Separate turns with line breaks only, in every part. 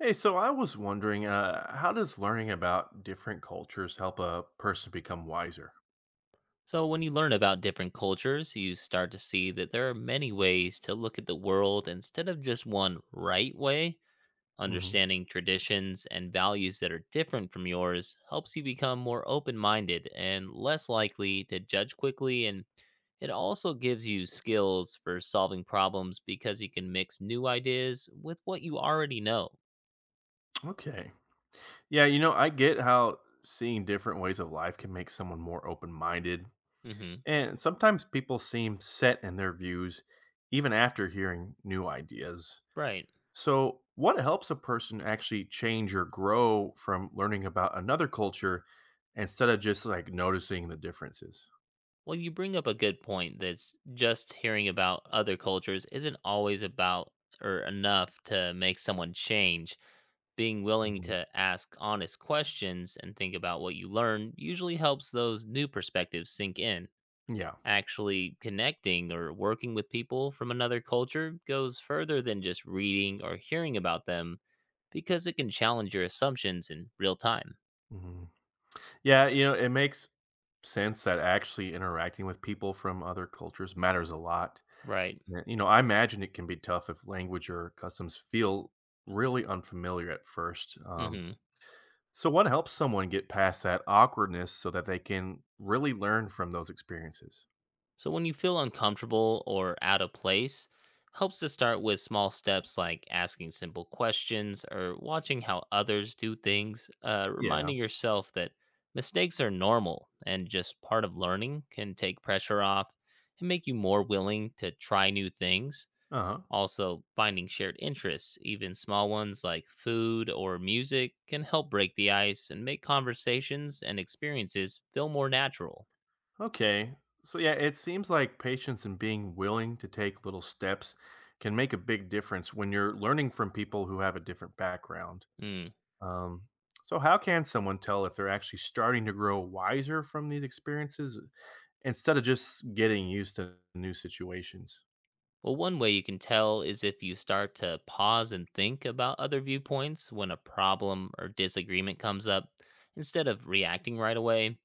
Hey, so I was wondering, how does learning about different cultures help a person become wiser?
So, when you learn about different cultures, you start to see that there are many ways to look at the world instead of just one right way.
Hmm.
Understanding traditions and values that are different from yours helps you become more open minded and less likely to judge quickly. And it also gives you skills for solving problems because you can mix new ideas with what you already know.
Okay. Yeah, you know, I get how seeing different ways of life can make someone more open minded.
Hmm.
And sometimes people seem set in their views even after hearing new ideas.
Right.
So, what helps a person actually change or grow from learning about another culture instead of just like noticing the differences?
Well, you bring up a good point that's just hearing about other cultures isn't always about or enough to make someone change. Being willing
Hmm.
to ask honest questions and think about what you learn usually helps those new perspectives sink in.
Yeah.
Actually, connecting or working with people from another culture goes further than just reading or hearing about them because it can challenge your assumptions in real time,
Yeah, you know, it makes sense that actually interacting with people from other cultures matters a lot.
right?
Yeah, you know, I imagine it can be tough if language or customs feel really unfamiliar at first.
Mm hmm.
So, what helps someone get past that awkwardness so that they can really learn from those experiences?
So when you feel uncomfortable or out of place, helps to start with small steps like asking simple questions or watching how others do things,
Yeah.
reminding yourself that mistakes are normal and just part of learning can take pressure off and make you more willing to try new things.
Uh huh.
Also, finding shared interests, even small ones like food or music, can help break the ice and make conversations and experiences feel more natural.
Okay. So, yeah, it seems like patience and being willing to take little steps can make a big difference when you're learning from people who have a different background.
Hmm.
Um, so, how can someone tell if they're actually starting to grow wiser from these experiences, instead of just getting used to new situations?
Well, one way you can tell is if you start to pause and think about other viewpoints when a problem or disagreement comes up, instead of reacting right away.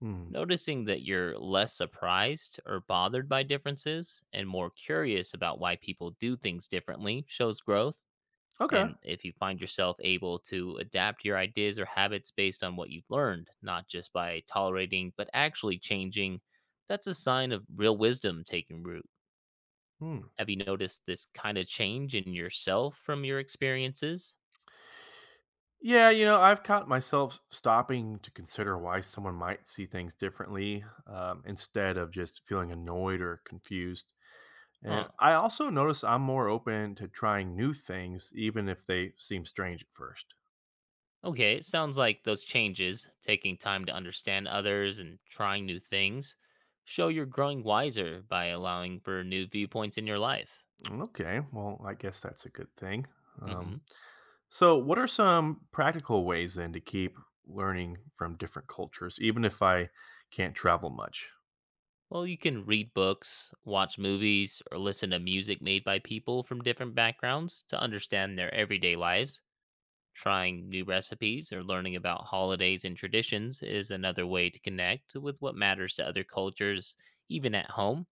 Hmm.
Noticing that you're less surprised or bothered by differences and more curious about why people do things differently shows growth.
Okay.
And if you find yourself able to adapt your ideas or habits based on what you've learned, not just by tolerating, but actually changing, that's a sign of real wisdom taking root.
Hmm.
Have you noticed this kind of change in yourself from your experiences?
Yeah, you know, I've caught myself stopping to consider why someone might see things differently, instead of just feeling annoyed or confused. And
Huh.
I also notice I'm more open to trying new things, even if they seem strange at first.
Okay, it sounds like those changes, taking time to understand others and trying new things, show you're growing wiser by allowing for new viewpoints in your life.
Mm, okay, well, I guess that's a good thing. Um,
Hmm.
So, what are some practical ways then to keep learning from different cultures, even if I can't travel much?
Well, you can read books, watch movies, or listen to music made by people from different backgrounds to understand their everyday lives. Trying new recipes or learning about holidays and traditions is another way to connect with what matters to other cultures, even at home.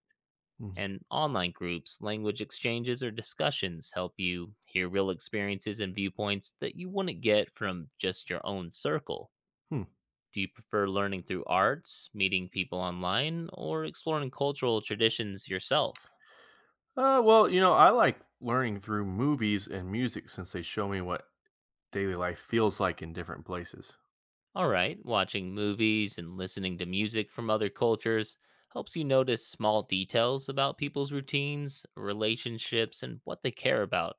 Mm.
And online groups, language exchanges, or discussions help you hear real experiences and viewpoints that you wouldn't get from just your own circle.
Hmm.
Do you prefer learning through arts, meeting people online, or exploring cultural traditions yourself?
Well, you know, I like learning through movies and music since they show me what daily life feels like in different places.
All right, watching movies and listening to music from other cultures helps you notice small details about people's routines, relationships, and what they care about.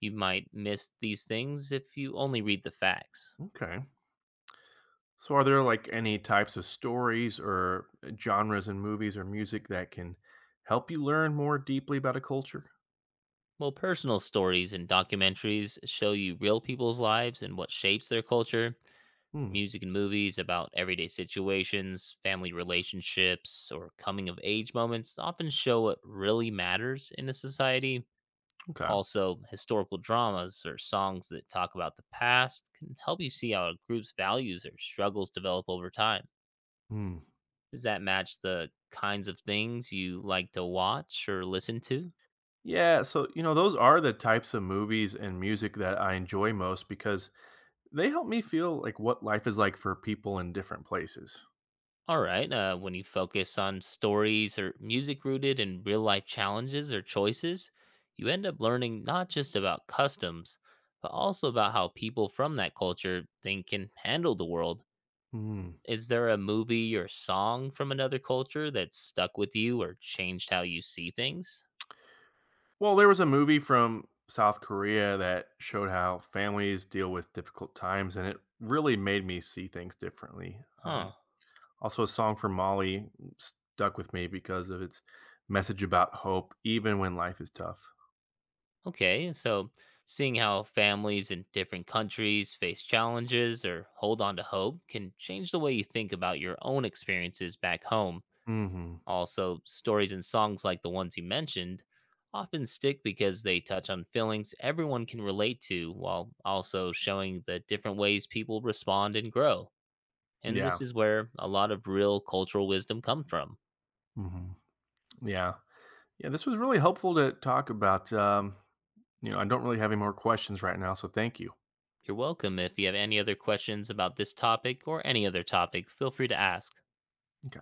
You might miss these things if you only read the facts.
Okay. So, are there like any types of stories or genres in movies or music that can help you learn more deeply about a culture?
Well, personal stories and documentaries show you real people's lives and what shapes their culture.
Hmm.
Music and movies about everyday situations, family relationships, or coming of age moments often show what really matters in a society.
Okay.
Also, historical dramas or songs that talk about the past can help you see how a group's values or struggles develop over time.
Hmm.
Does that match the kinds of things you like to watch or listen to?
Yeah, so you know, those are the types of movies and music that I enjoy most because they help me feel like what life is like for people in different places.
All right, when you focus on stories or music rooted in real life challenges or choices, you end up learning not just about customs, but also about how people from that culture think and handle the world.
Hmm.
Is there a movie or song from another culture that stuck with you or changed how you see things?
Well, there was a movie from South Korea that showed how families deal with difficult times, and it really made me see things differently.
Huh.
Also, a song from Molly stuck with me because of its message about hope, even when life is tough.
Okay. So, seeing how families in different countries face challenges or hold on to hope can change the way you think about your own experiences back home.
Hmm.
Also, stories and songs like the ones you mentioned often stick because they touch on feelings everyone can relate to while also showing the different ways people respond and grow. And
Yeah.
this is where a lot of real cultural wisdom comes from.
Hmm. Yeah. Yeah. This was really helpful to talk about. You know, I don't really have any more questions right now, so thank you.
You're welcome. If you have any other questions about this topic or any other topic, feel free to ask.
Okay.